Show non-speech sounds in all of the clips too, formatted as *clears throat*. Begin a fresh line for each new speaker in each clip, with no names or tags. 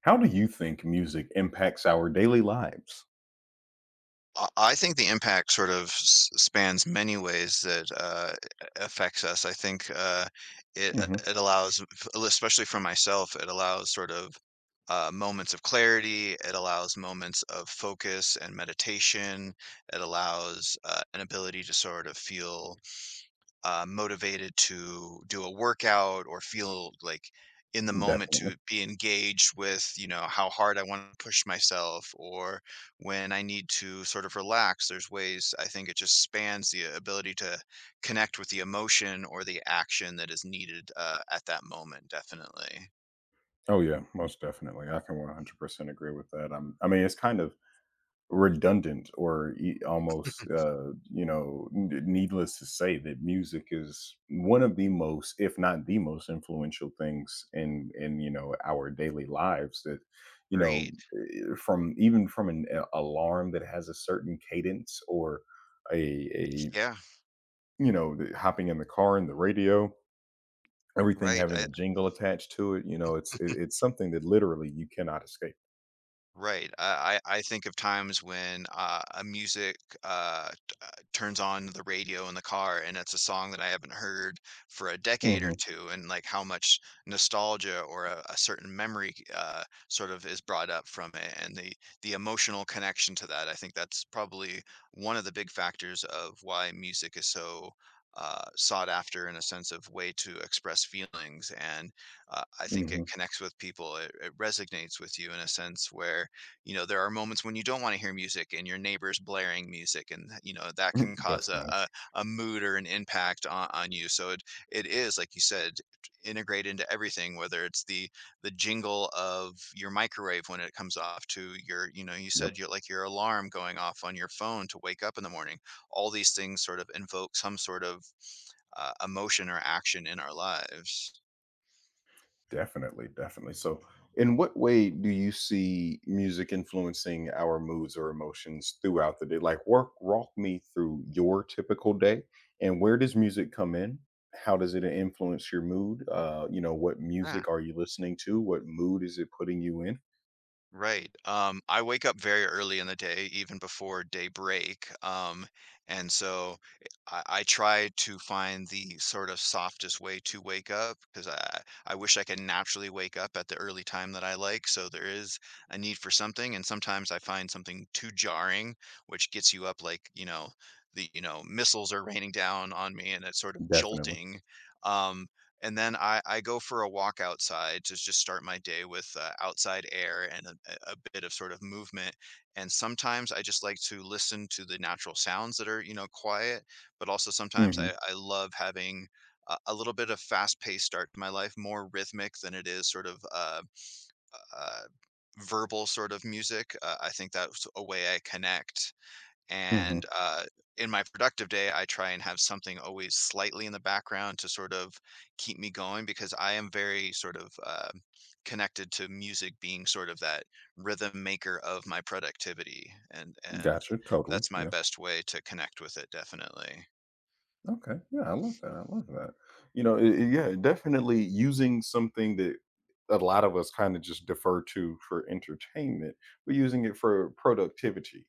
How do you think music impacts our daily lives?
I think the impact sort of spans many ways that affects us. I think it uh,
Mhm.
it allows, especially for myself, it allows sort of moments of clarity. It allows moments of focus and meditation. It allows an ability to sort of feel motivated to do a workout or feel like in the moment
Definitely.
to be engaged with you know how hard I want to push myself, or when I need to sort of relax. There's ways I think it just spans the ability to connect with the emotion or the action that is needed at that moment, definitely.
Oh yeah, most definitely. I can 100% agree with that. I mean, it's kind of redundant or almost, needless to say that music is one of the most, if not the most, influential things in our daily lives. That you know,
Read.
eh, from even from an alarm that has a certain cadence, or a a
Yeah.
you know the- hopping in the car and the radio. Everything
Right.
having
I,
a jingle attached to it, it's something that literally you cannot escape.
right. I think of times when, a music, t turns on the radio in the car, and it's a song that I haven't heard for a decade or
Mhm,
2, and, like, how much nostalgia or a certain memory, sort of is brought up from it, and the emotional connection to that. I think that's probably one of the big factors of why music is so, sought after in a sense of way to express feelings, and I think it
mhm.
connects with people. It resonates with you in a sense where, you know, there are moments when you don't want to hear music and your neighbor's blaring music, and you know that can
*clears throat*
cause
Definitely.
a mood or an impact on you. So it is like you said, integrate into everything, whether it's the jingle of your microwave when it comes off to your, you know, you
Yep,
said you like your alarm going off on your phone to wake up in the morning. All these things sort of invoke some sort of emotion or action in our lives.
definitely, definitely. So, in what way do you see music influencing our moods or emotions throughout the day? Like, work walk me through your typical day, and where does music come in? How does it influence your mood? What
Yeah.
music are you listening to? What mood is it putting you in?
Right. I wake up very early in the day, even before daybreak. And so I try to find the sort of softest way to wake up because I wish I could naturally wake up at the early time that I like. So there is a need for something. And sometimes I find something too jarring, which gets you up like, you know, the, you know, missiles are raining down on me and it's sort of
Definitely.
jolting. Um, and then I go for a walk outside to just start my day with outside air and a bit of sort of movement. And sometimes I just like to listen to the natural sounds that are, you know, quiet, but also sometimes
Mhm,
I love having a little bit of fast paced start to my life, more rhythmic than it is sort of uh, verbal sort of music. I think that's a way I connect
mhm.
and in my productive day, I try and have something always slightly in the background to sort of keep me going because I am very sort of connected to music being sort of that rhythm maker of my productivity, and
Gotcha, totally,
that's my
yeah.
best way to connect with it, definitely.
Okay. Yeah, I love that. I love that. You know, yeah, definitely using something that a lot of us kind of just defer to for entertainment, but using it for productivity,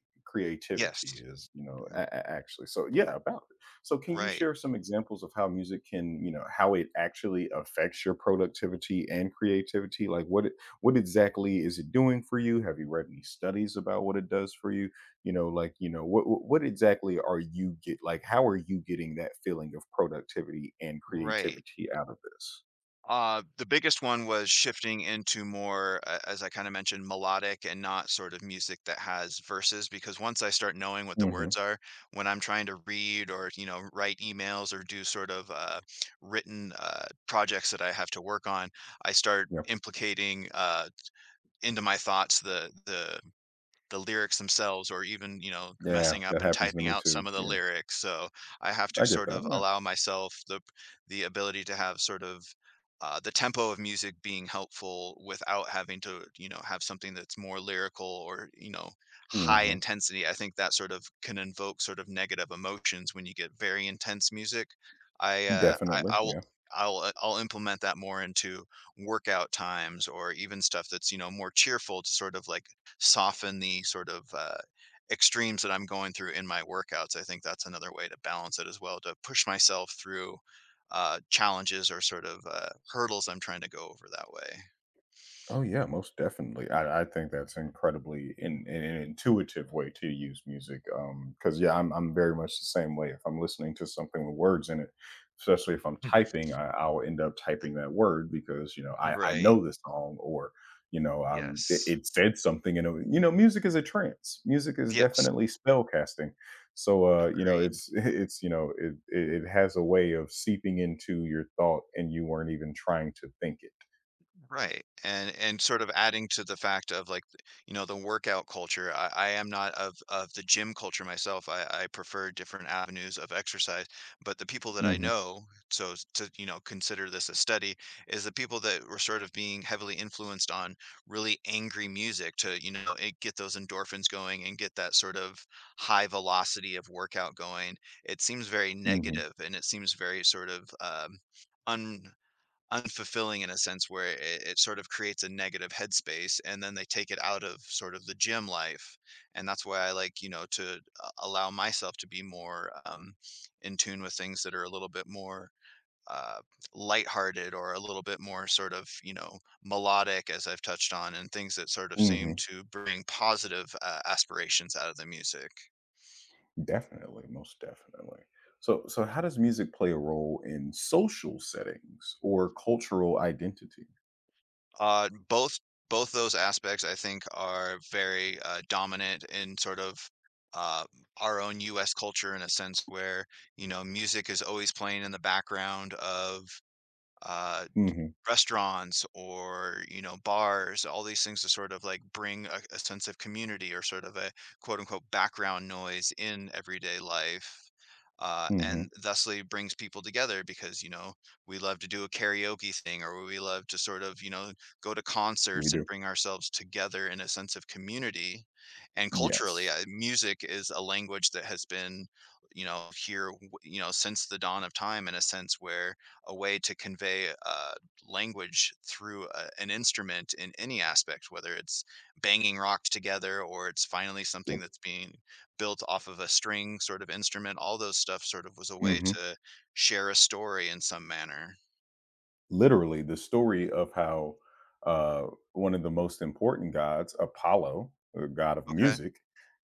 Yes,
creativity is, you know,
r-
a- a- actually. So, yeah, about it. So, can you
right,
share some examples of how music can, how it actually affects your productivity and creativity? Like, what exactly is it doing for you? Have you read any studies about what it does for you? You know like you know what exactly are you get like how are you getting that feeling of productivity and
right.
creativity out of this?
The biggest one was shifting into more, as I kind of mentioned, melodic and not sort of music that has verses. Because once I start knowing what the
Mhm.
words are, when I'm trying to read or you know write emails or do sort of written projects that I have to work on, I start
Yeah,
implicating into my thoughts the lyrics themselves or even, you know,
yeah,
messing
that
up and
happens to
typing
me
out
too.
some of the
Yeah,
lyrics. So I have
I
to
get
sort of
that.
allow myself the ability to have sort of the tempo of music being helpful without having to, you know, have something that's more lyrical or, you know,
Yeah.
high
Mhm.
intensity. I think that sort of can invoke sort of negative emotions when you get very intense music.
Definitely.
I will
Yeah.
I'll implement that more into workout times or even stuff that's you know more cheerful to sort of like soften the sort of extremes that I'm going through in my workouts. I think that's another way to balance it as well, to push myself through challenges or sort of hurdles I'm trying to go over that way.
Oh yeah, most definitely. I think that's incredibly, in an intuitive way to use music. Because yeah, I'm very much the same way. If I'm listening to something with words in it, especially if I'm
*laughs*
typing, I'll end up typing that word, because I
Right.
know the song. Or it,
Yes.
it said something, and music is a trance. Music is
Yes.
definitely spell casting. So,
Agreed.
it's *laughs* it's it has a way of seeping into your thought, and you weren't even trying to think it.
Right. And sort of adding to the fact of like, you know, the workout culture. I am not of the gym culture myself. I prefer different avenues of exercise. But the people that I
Hmm.
know, to, you know, consider this a study, is the people that were sort of being heavily influenced on really angry music to, you know, it, get those endorphins going and get that sort of high velocity of workout going. It seems very
Hmm.
negative and it seems very sort of um unfulfilling in a sense where it sort of creates a negative headspace and then they take it out of sort of the gym life, and that's why I like you know to allow myself to be more in tune with things that are a little bit more uh, lighthearted or a little bit more sort of you know melodic as I've touched on, and things that sort of seem
Mhm.
to bring positive aspirations out of the music.
Definitely, most definitely. So, how does music play a role in social settings or cultural identity?
Uh, both both those aspects I think are very dominant in sort of uh, our own U.S. culture in a sense where you know music is always playing in the background of uh,
Mhm.
restaurants or you know bars, all these things to sort of like bring a sense of community or sort of a quote unquote background noise in everyday life,
Mhm.
and thusly brings people together because you know we love to do a karaoke thing or we love to sort of you know go to
We
concerts
do.
and bring ourselves together in a sense of community. And
Yes.
culturally music is a language that has been you know here you know since the dawn of time, in a sense where a way to convey language through an instrument in any aspect, whether it's banging rocks together or it's finally something
Yep.
that's being built off of a string sort of instrument. All those stuff sort of was a way
Mhm.
to share a story in some manner.
Literally, the story of how, uh, one of the most important gods, Apollo, the god of
Okay.
music,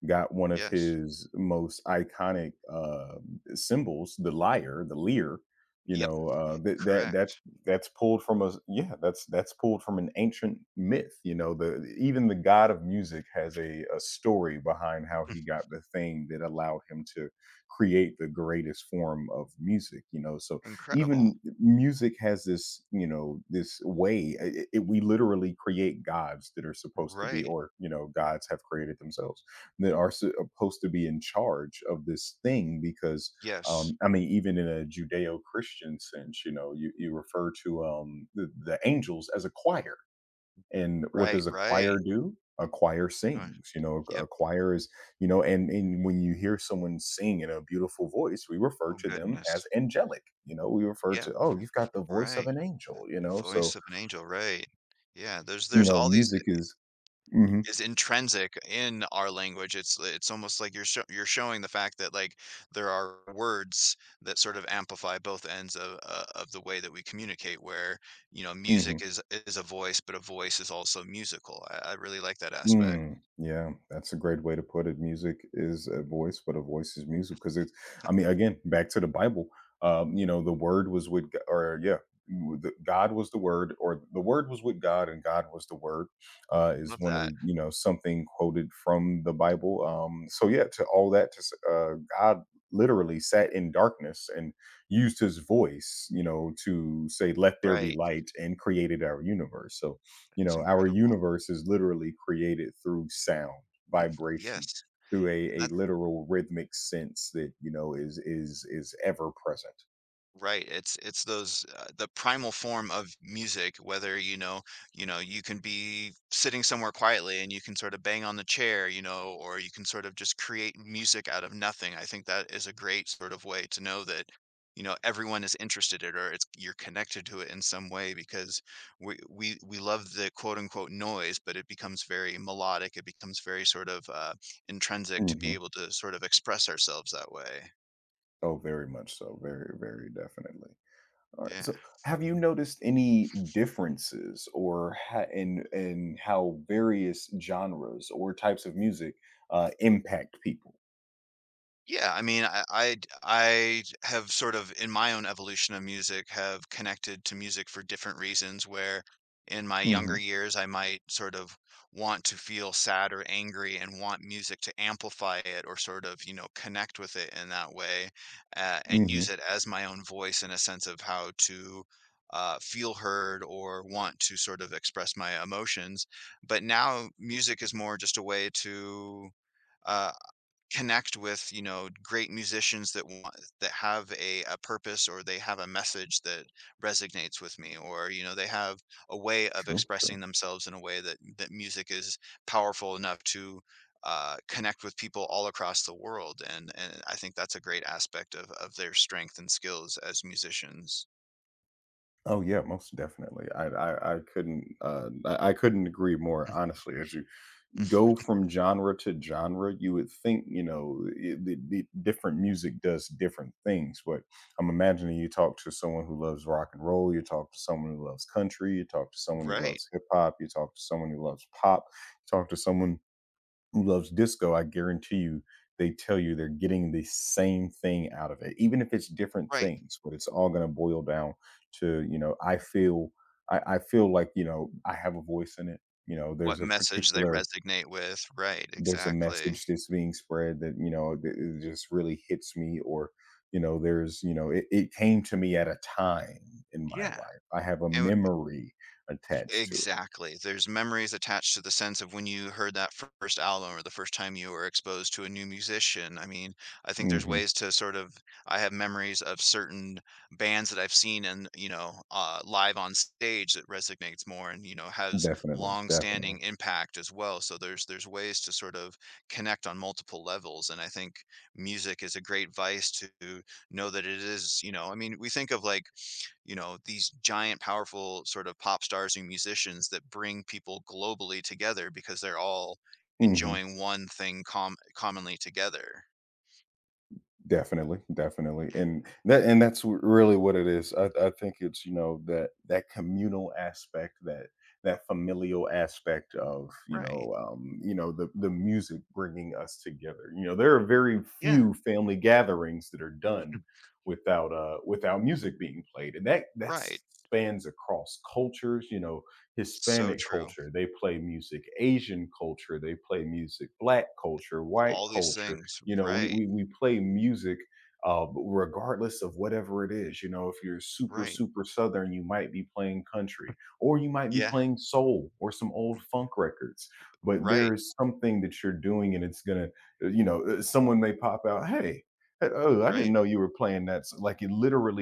got one of
Yes.
his most iconic, symbols, the lyre,
Yep.
that that
Correct.
that's pulled from a yeah, that's pulled from an ancient myth. You know, the even the god of music has a story behind how
Hmm.
he got the thing that allowed him to create the greatest form of music. So
Incredible.
even music has this you know this way. We literally create gods that are supposed to be,
Right.
or gods have created themselves that are supposed to be in charge of this thing, because
Yes.
I mean, even in a Judeo-Christian sense, you refer to, the angels as a choir. And what
Right.
does a choir
Right.
do? A choir
Uh,
sings, a
yep.
choir is, and when you hear someone sing in a beautiful voice, we refer
Oh
to them as
goodness.
angelic. We refer
Yep.
to, oh, you've got the voice of
Right.
an angel,
Voice of an angel. Right. Yeah. There's there's all these
music is, mhm,
is intrinsic in our language. It's almost like you're sho you're showing the fact that, like, there are words that sort of amplify both ends of the way that we communicate where, you know, music
mhm.
is is a voice, but a voice is also musical. I really like that aspect.
Mm, yeah, that's a great way to put it. Music is a voice, but a voice is music because it's. I mean, again, back to the Bible. The Word was with G- or yeah, w- the- God was the Word. Or the Word was with God, and God was the Word. Is
Love
one of
that.
the, something quoted from the Bible. So, yeah, to all that, to God literally sat in darkness and used His voice, to say, "Let there be
Right.
light," and created our universe. So,
It's
our
incredible.
universe is literally created through sound,
Mm,
vibration,
yes.
through a
And
literal rhythmic sense that, is ever present.
right. It's those the primal form of music, whether you know, you know, you can be sitting somewhere quietly and you can sort of bang on the chair, you know, or you can sort of just create music out of nothing. I think that is a great sort of way to know that, you know, everyone is interested in it, or it's you're connected to it in some way, because we love the quote unquote noise, but it becomes very melodic. It becomes very sort of intrinsic to
Hmm.
be able to sort of express ourselves that way.
Oh, very much so. Very, very definitely. All right.
Yeah.
So, have you noticed any differences, or in how various genres or types of music impact people?
Yeah, I mean, I have sort of, in my own evolution of music, have connected to music for different reasons, where in my
Hmm.
younger years, I might sort of want to feel sad or angry and want music to amplify it or sort of, you know, connect with it in that way, and
Hmm.
use it as my own voice in a sense of how to, feel heard or want to sort of express my emotions. But now music is more just a way to, uh connect with, you know, great musicians that want that have a purpose or they have a message that resonates with me, or, you know, they have a way of
True.
expressing
True.
themselves in a way that that music is powerful enough to connect with people all across the world, and I think that's a great aspect of their strength and skills as musicians.
Oh yeah, most definitely. I couldn't, I couldn't agree more. Honestly, as you go
*laughs*
from genre to genre, you would think, the different music does different things. But I'm imagining, you talk to someone who loves rock and roll, you talk to someone who loves country, you talk to someone who
Right,
loves hip hop, you talk to someone who loves pop, you talk to someone who loves disco. I guarantee you, they tell you they're getting the same thing out of it, even if it's different
right.
things. But it's all going to boil down to, I feel like, I have a voice in it. You know,
What message they resonate with, right,
there's a
exactly.
message that's being spread, that that it just really hits me. Or there's, it came to me at a time in my
Yeah,
life. I have a
and
memory attached to it.
exactly. There's memories attached to the sense of when you heard that first album or the first time you were exposed to a new musician. I mean, I think there's
Hmm.
ways to sort of I have memories of certain bands that I've seen and, you know, live on stage that resonates more and, you know, has
Definitely, definitely.
long-standing impact as well. So there's ways to sort of connect on multiple levels. And I think music is a great vice to know that it is, you know, I mean, we think of like you know these giant powerful sort of pop stars and musicians that bring people globally together because they're all
Hmm.
enjoying one thing commonly together.
Definitely, definitely,
Yeah.
and that's really what it is. I think it's, that that communal aspect, that that familial aspect of, you
Right.
know um, you know the the music bringing us together. You know, there are very
Yeah.
few family gatherings that are done without, without music being played, and that that
Right.
spans across cultures. You know,
So
Hispanic
true.
culture they play music, Asian culture they play music, Black culture, White
All these
culture,
things
we
right.
we we play music, regardless of whatever it is. You know, if you're super
Right.
super southern, you might be playing country, or you might be
Yeah.
playing soul or some old funk records. But there
Right.
is something that you're doing, and it's gonna, someone may pop out, "Hey, oh, I didn't
Right.
know you were playing that." So, like, it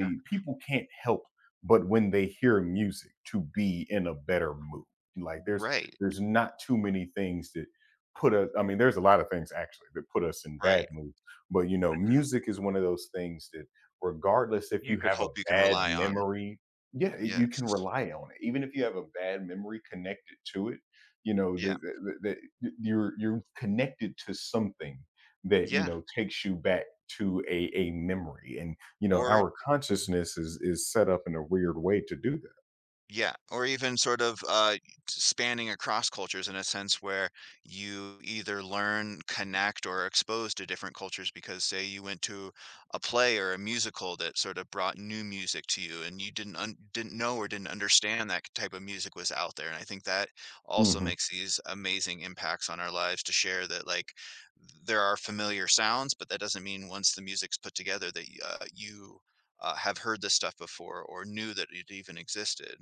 Yeah,
people can't help but, when they hear music, to be in a better mood. Like, there's
right.
there's not too many things that put us—I mean, there's a lot of things actually that put us in bad
Right.
moods. But, music is one of those things that, regardless if you
You could
have a
hope you can
bad
rely on.
memory, yeah, you
Yes.
can rely on it. Even if you have a bad memory connected to it, you know,
Yeah.
the- you're connected to something that,
Yeah,
takes you back to a memory. And
or.
our consciousness is set up in a weird way to do that.
Yeah, or even sort of, spanning across cultures in a sense where you either learn, connect, or are exposed to different cultures because, say, you went to a play or a musical that sort of brought new music to you, and you didn't un didn't know or didn't understand that type of music was out there, and I think that also
Mhm.
makes these amazing impacts on our lives to share that, like, there are familiar sounds, but that doesn't mean once the music's put together that, you, have heard this stuff before or knew that it even existed.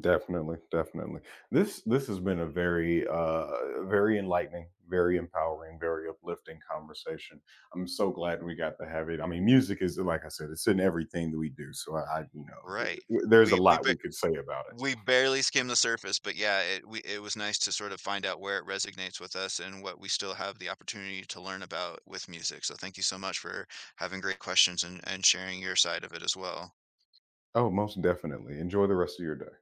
Definitely, definitely. This has been a very, very enlightening, very empowering, very uplifting conversation. I'm so glad we got to have it. I mean, music is, like I said, it's in everything that we do. So, I you know,
Right.
d- there's a
We we
lot
ba
we could say about it.
we barely skim the surface, but yeah, it we it was nice to sort of find out where it resonates with us and what we still have the opportunity to learn about with music. So thank you so much for having great questions and sharing your side of it as well.
Oh, most definitely. Enjoy the rest of your day.